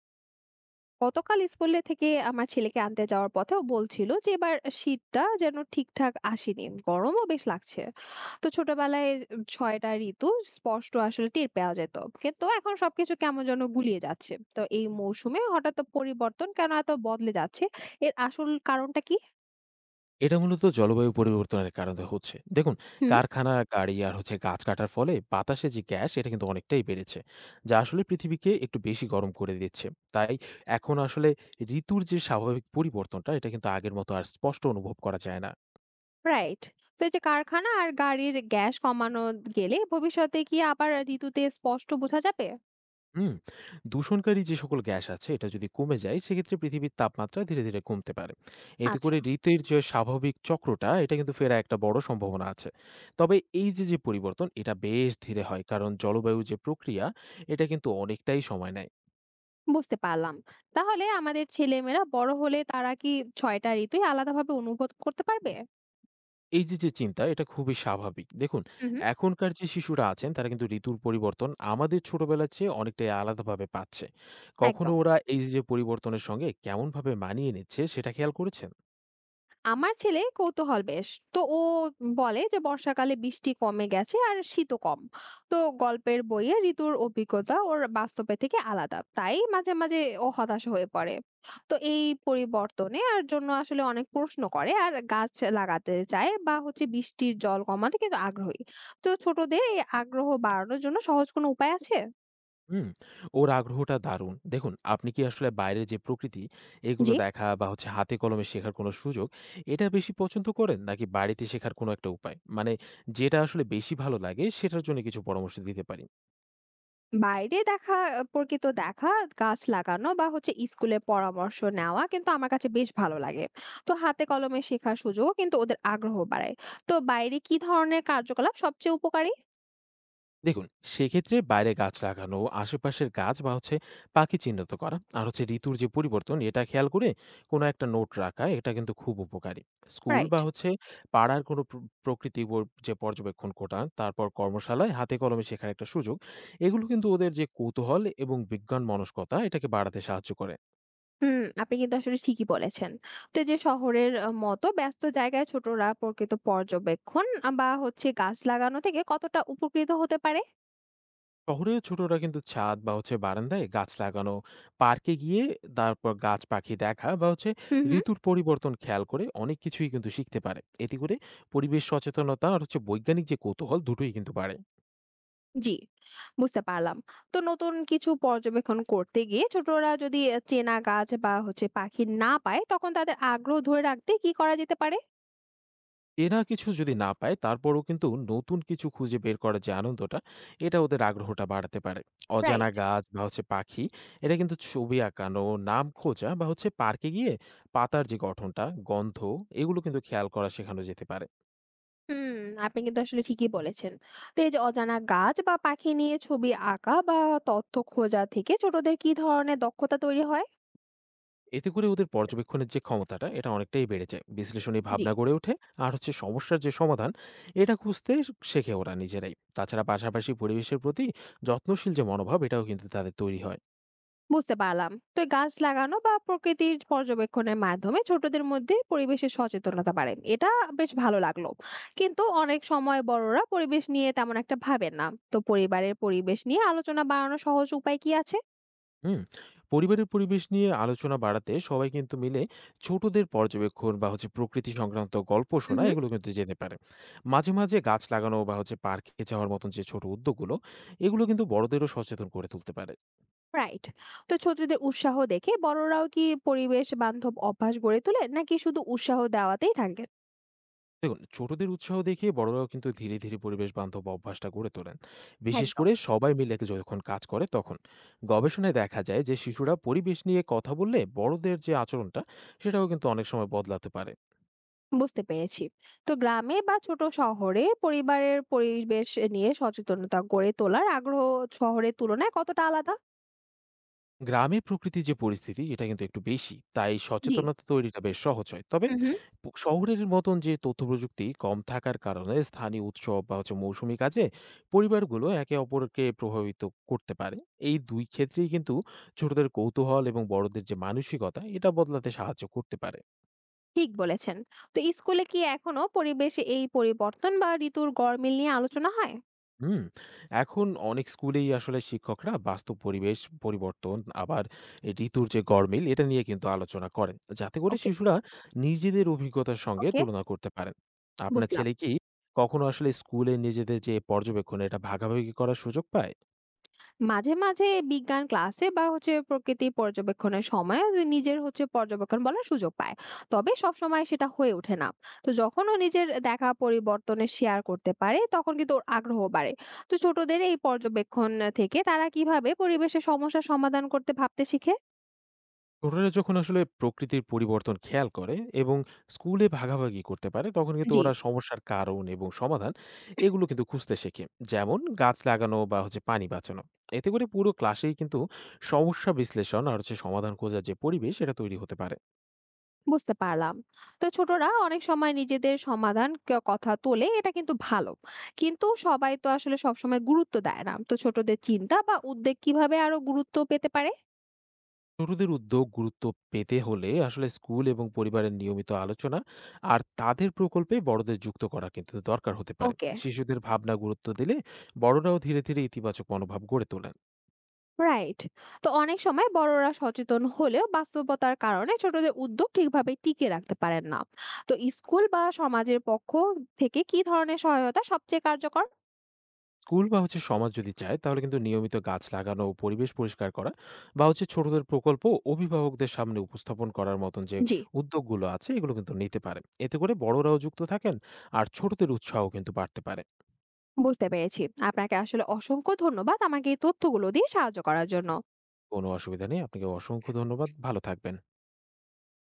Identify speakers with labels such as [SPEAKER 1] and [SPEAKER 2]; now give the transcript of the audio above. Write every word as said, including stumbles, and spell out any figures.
[SPEAKER 1] গতকাল স্কুলে থেকে আমার ছেলেকে আনতে যাওয়ার পথেও বলছিল যে এবার শীতটা যেন ঠিকঠাক আসেনি, গরমও বেশ লাগছে। তো ছোটবেলায় ছয়টা ঋতু স্পষ্ট আসলে টের পাওয়া যেত, কিন্তু এখন সবকিছু কেমন যেন গুলিয়ে যাচ্ছে। তো এই মৌসুমে হঠাৎ পরিবর্তন কেন, এত বদলে যাচ্ছে? এর আসল কারণটা কি?
[SPEAKER 2] এটা মূলত জলবায়ু পরিবর্তনের কারণে হচ্ছে। দেখুন,
[SPEAKER 1] হুম।
[SPEAKER 2] কারখানা, গাড়ি আর হচ্ছে গাছ কাটার ফলে বাতাসে যে গ্যাস, এটা কিন্তু অনেকটাই বেড়েছে। যা আসলে পৃথিবীকে একটু বেশি গরম করে দিচ্ছে। তাই এখন আসলে ঋতুর যে স্বাভাবিক পরিবর্তনটা, এটা কিন্তু আগের মতো আর স্পষ্ট অনুভব করা যায় না।
[SPEAKER 1] রাইট। তো এই যে কারখানা আর গাড়ির গ্যাস কমানো গেলে ভবিষ্যতে কি আবার ঋতুতে স্পষ্ট বোঝা যাবে?
[SPEAKER 2] হুম, দূষণকারী যে সকল গ্যাস আছে এটা যদি কমে যায় সেক্ষেত্রে পৃথিবীর তাপমাত্রা ধীরে ধীরে কমতে পারে। এতে
[SPEAKER 1] আচ্ছা।
[SPEAKER 2] করে ঋতুর যে স্বাভাবিক চক্রটা এটা কিন্তু ফেরা একটা বড় সম্ভাবনা আছে। তবে এই যে যে পরিবর্তন এটা বেশ ধীরে হয় কারণ জলবায়ু যে প্রক্রিয়া এটা কিন্তু অনেকটাই সময় নেয়।
[SPEAKER 1] বুঝতে পারলাম। তাহলে আমাদের ছেলেমেয়েরা বড় হলে তারা কি ছয় টা ঋতুই আলাদাভাবে অনুভব করতে পারবে?
[SPEAKER 2] এই যে যে চিন্তা এটা খুবই স্বাভাবিক। দেখুন,
[SPEAKER 1] হুম, হুম।
[SPEAKER 2] এখনকার যে শিশুরা আছেন তারা কিন্তু ঋতুর পরিবর্তন আমাদের ছোটবেলার চেয়ে অনেকটাই আলাদাভাবে পাচ্ছে। কখনো
[SPEAKER 1] একদম।
[SPEAKER 2] ওরা এই যে যে পরিবর্তনের সঙ্গে কেমনভাবে মানিয়ে নিচ্ছে সেটা খেয়াল করেছেন?
[SPEAKER 1] আমার ছেলে কৌতূহল বেশ। তো ও বলে যে বর্ষাকালে বৃষ্টি কমে গেছে আর শীতও কম। তো গল্পের বইয়ে ঋতুর অভিজ্ঞতা ওর বাস্তবে থেকে আলাদা। তাই মাঝে, মাঝে ও হতাশ হয়ে পড়ে। তো এই পরিবর্তনে আর জন্য আসলে অনেক প্রশ্ন করে, আর গাছ লাগাতে চায় বা হচ্ছে বৃষ্টির জল কমাতে কিন্তু আগ্রহী। তো ছোটদের এই আগ্রহ বাড়ানোর জন্য সহজ কোনো উপায় আছে?
[SPEAKER 2] হুম, ওর আগ্রহটা দারুণ। দেখুন, আপনি কি আসলে বাইরের যে প্রকৃতি, এগুলো
[SPEAKER 1] জি।
[SPEAKER 2] দেখা বা হচ্ছে হাতে কলমে শেখার কোনো সুযোগ, এটা বেশি পছন্দ করেন? নাকি বাড়িতে শেখার কোনো একটা উপায়? মানে যেটা আসলে বেশি ভালো লাগে, সেটার জন্য কিছু পরামর্শ দিতে পারি।
[SPEAKER 1] বাইরে দেখা, প্রকৃত দেখা, গাছ লাগানো বা হচ্ছে স্কুলে পরামর্শ নেওয়া কিন্তু আমার কাছে বেশ ভালো লাগে। তো হাতে কলমে শেখার সুযোগও কিন্তু ওদের আগ্রহ বাড়ায়। তো বাইরে কি ধরনের কার্যকলাপ সবচেয়ে উপকারী?
[SPEAKER 2] দেখুন, সেক্ষেত্রে বাইরে গাছ লাগানো, আশেপাশের গাছ বা হচ্ছে পাখি চিহ্নিত করা আর হচ্ছে ঋতুর যে পরিবর্তন এটা খেয়াল করে কোনো একটা নোট রাখা এটা কিন্তু খুব উপকারী। School
[SPEAKER 1] right.
[SPEAKER 2] বা হচ্ছে পাড়ার কোনো প্র- প্রকৃতি ব- যে পর্যবেক্ষণ কোটা, তারপর কর্মশালায় হাতে কলমে শেখার একটা সুযোগ, এগুলো কিন্তু ওদের যে কৌতূহল এবং বিজ্ঞান মনস্কতা এটাকে বাড়াতে সাহায্য করে।
[SPEAKER 1] হুম, আপনি কিন্তু আসলে ঠিকই বলেছেন। তো এই যে শহরের আ মতো ব্যস্ত জায়গায় ছোটরা প্রকৃত পর্যবেক্ষণ বা হচ্ছে গাছ লাগানো থেকে কতটা উপকৃত হতে পারে?
[SPEAKER 2] শহরে ছোটরা কিন্তু ছাদ বা হচ্ছে বারান্দায় গাছ লাগানো, পার্কে গিয়ে তারপর গাছ পাখি দেখা বা হচ্ছে
[SPEAKER 1] হুম, হুম।
[SPEAKER 2] ঋতুর পরিবর্তন খেয়াল করে অনেক কিছুই কিন্তু শিখতে পারে। এতে করে পরিবেশ সচেতনতা আর হচ্ছে বৈজ্ঞানিক যে কৌতূহল দুটোই কিন্তু বাড়ে।
[SPEAKER 1] জি, বুঝতে পারলাম। তো নতুন কিছু পর্যবেক্ষণ করতে গিয়ে ছোটরা যদি আ চেনা গাছ বা হচ্ছে পাখি না পায়, তখন তাদের আগ্রহ ধরে রাখতে কি করা যেতে পারে?
[SPEAKER 2] এরা কিছু যদি না পায় তারপরও কিন্তু নতুন কিছু খুঁজে বের করার যে আনন্দটা এটা ওদের আগ্রহটা বাড়াতে পারে। অজানা
[SPEAKER 1] রাইট।
[SPEAKER 2] গাছ বা হচ্ছে পাখি এটা কিন্তু ছবি আঁকানো, নাম খোঁজা বা হচ্ছে পার্কে গিয়ে পাতার যে গঠনটা, গন্ধ, এগুলো কিন্তু খেয়াল করা শেখানো যেতে পারে।
[SPEAKER 1] হুম, আপনি কিন্তু আসলে ঠিকই বলেছেন। তো এই যে অজানা গাছ বা পাখি নিয়ে ছবি আঁকা বা তথ্য খোঁজা থেকে ছোটদের কি ধরনের দক্ষতা তৈরি হয়?
[SPEAKER 2] এতে করে ওদের পর্যবেক্ষণের যে ক্ষমতাটা এটা অনেকটাই বেড়ে যায়, বিশ্লেষণী ভাবনা গড়ে ওঠে, আর হচ্ছে সমস্যার যে সমাধান এটা খুঁজতে শেখে ওরা নিজেরাই। তাছাড়া পাশাপাশি পরিবেশের প্রতি যত্নশীল যে মনোভাব এটাও কিন্তু তাদের তৈরি হয়।
[SPEAKER 1] বুঝতে পারলাম। তো এই গাছ লাগানো বা প্রকৃতির পর্যবেক্ষণের মাধ্যমে ছোটদের মধ্যে পরিবেশের সচেতনতা বাড়ে, এটা বেশ ভালো লাগলো। কিন্তু অনেক সময় বড়রা পরিবেশ নিয়ে তেমন একটা ভাবেন না। তো পরিবারের পরিবেশ নিয়ে আলোচনা বাড়ানোর সহজ উপায় কি আছে?
[SPEAKER 2] হুম, পরিবারের পরিবেশ নিয়ে আলোচনা বাড়াতে সবাই কিন্তু মিলে ছোটদের পর্যবেক্ষণ বা হচ্ছে প্রকৃতি সংক্রান্ত গল্প শোনা,
[SPEAKER 1] হুম।
[SPEAKER 2] এগুলো কিন্তু যেতে পারে। মাঝে মাঝে গাছ লাগানো বা হচ্ছে পার্কে যাওয়ার মতন যে ছোট উদ্যোগগুলো, এগুলো কিন্তু বড়দেরও সচেতন করে তুলতে পারে।
[SPEAKER 1] রাইট। তো ছোটদের উৎসাহ দেখে বড়রাও কি পরিবেশ বান্ধব অভ্যাস গড়ে তোলে, নাকি শুধু উৎসাহ দেওয়াতেই থাকে?
[SPEAKER 2] দেখুন, ছোটদের উৎসাহ দেখে বড়রাও কিন্তু ধীরে, ধীরে পরিবেশ বান্ধব অভ্যাসটা গড়ে তোলেন। বিশেষ
[SPEAKER 1] একদম।
[SPEAKER 2] করে সবাই মিলে যখন কাজ করে তখন। গবেষণায় দেখা যায় যে শিশুরা পরিবেশ নিয়ে কথা বললে বড়দের যে আচরণটা সেটাও কিন্তু অনেক সময় বদলাতে পারে।
[SPEAKER 1] বুঝতে পেরেছি। তো গ্রামে বা ছোট শহরে পরিবারের পরিবেশ নিয়ে সচেতনতা গড়ে তোলার আগ্রহ শহরের তুলনায় কতটা আলাদা?
[SPEAKER 2] গ্রামে প্রকৃতির যে পরিস্থিতি এটা কিন্তু একটু বেশি। তাই
[SPEAKER 1] জি,
[SPEAKER 2] সচেতনতা তৈরিটা বেশ সহজ হয়। তবে
[SPEAKER 1] হুম, হুম।
[SPEAKER 2] প শহরের মতন যে তথ্যপ্রযুক্তি কম থাকার কারণে স্থানীয় উৎসব বা হচ্ছে মৌসুমি কাজে পরিবারগুলো একে অপরকে প্রভাবিত করতে পারে। এই দুই ক্ষেত্রেই কিন্তু ছোটদের কৌতূহল এবং বড়দের যে মানসিকতা এটা বদলাতে সাহায্য করতে পারে।
[SPEAKER 1] ঠিক বলেছেন। তো স্কুলে কি এখনো পরিবেশে এই পরিবর্তন বা ঋতুর গরমিল নিয়ে আলোচনা হয়?
[SPEAKER 2] হুম, এখন অনেক স্কুলেই আসলে শিক্ষকরা বাস্তব পরিবেশ পরিবর্তন, আবার এই ঋতুর যে গরমিল এটা নিয়ে কিন্তু আলোচনা করেন, যাতে করে
[SPEAKER 1] ওকে।
[SPEAKER 2] শিশুরা নিজেদের অভিজ্ঞতার সঙ্গে
[SPEAKER 1] ওকে।
[SPEAKER 2] তুলনা করতে পারেন। আপনার
[SPEAKER 1] বুঝলাম।
[SPEAKER 2] ছেলে কি কখনো আসলে স্কুলে নিজেদের যে পর্যবেক্ষণ এটা ভাগাভাগি করার সুযোগ পায়?
[SPEAKER 1] মাঝে, মাঝে বিজ্ঞান ক্লাসে বা হচ্ছে প্রকৃতি পর্যবেক্ষণের সময় যে নিজের হচ্ছে পর্যবেক্ষণ বলার সুযোগ পায়। তবে সবসময় সেটা হয়ে ওঠে না। তো যখন ও নিজের দেখা পরিবর্তনের শেয়ার করতে পারে তখন কিন্তু ওর আগ্রহ বাড়ে। তো ছোটদের এই পর্যবেক্ষণ থেকে তারা কিভাবে পরিবেশের সমস্যা সমাধান করতে ভাবতে শিখে?
[SPEAKER 2] ছোটরা যখন আসলে প্রকৃতির পরিবর্তন খেয়াল করে এবং স্কুলে ভাগাভাগি করতে পারে তখন কিন্তু
[SPEAKER 1] জি।
[SPEAKER 2] ওরা সমস্যার কারণ এবং সমাধান, এগুলো কিন্তু খুঁজতে শেখে। যেমন গাছ লাগানো বা হচ্ছে পানি বাঁচানো। এতে করে পুরো ক্লাসেই কিন্তু সমস্যা বিশ্লেষণ আর হচ্ছে সমাধান খোঁজার যে পরিবেশ এটা তৈরি হতে পারে।
[SPEAKER 1] বুঝতে পারলাম। তো ছোটরা অনেক সময় নিজেদের সমাধান ক কথা তোলে, এটা কিন্তু ভালো। কিন্তু সবাই তো আসলে সবসময় গুরুত্ব দেয় না। তো ছোটদের চিন্তা বা উদ্বেগ কিভাবে আরো গুরুত্ব পেতে পারে?
[SPEAKER 2] ছোটদের উদ্যোগ গুরুত্ব পেতে হলে আসলে স্কুল এবং পরিবারের নিয়মিত আলোচনা আর তাদের প্রকল্পে বড়দের যুক্ত করা কিন্তু দরকার হতে পারে।
[SPEAKER 1] ওকে।
[SPEAKER 2] শিশুদের ভাবনা গুরুত্ব দিলে বড়রাও ধীরে ধীরে ইতিবাচক মনোভাব গড়ে তোলেন।
[SPEAKER 1] রাইট। তো অনেক সময় বড়রা সচেতন হলেও বাস্তবতার কারণে ছোটদের উদ্যোগ ঠিকভাবে টিকিয়ে রাখতে পারেন না। তো স্কুল বা সমাজের পক্ষ থেকে কি ধরনের সহায়তা সবচেয়ে কার্যকর?
[SPEAKER 2] স্কুল বা হচ্ছে সমাজ যদি চায় তাহলে কিন্তু নিয়মিত গাছ লাগানো, পরিবেশ পরিষ্কার করা বা হচ্ছে ছোটদের প্রকল্প অভিভাবকদের সামনে উপস্থাপন করার মতন যে
[SPEAKER 1] জি,
[SPEAKER 2] উদ্যোগগুলো আছে, এগুলো কিন্তু নিতে পারে। এতে করে বড়রাও যুক্ত থাকেন আর ছোটদের উৎসাহ কিন্তু বাড়তে পারে।
[SPEAKER 1] বুঝতে পেরেছি। আপনাকে আসলে অসংখ্য ধন্যবাদ আমাকে এই তথ্যগুলো দিয়ে সাহায্য করার জন্য।
[SPEAKER 2] কোনো অসুবিধা নেই, আপনাকে অসংখ্য ধন্যবাদ, ভালো থাকবেন।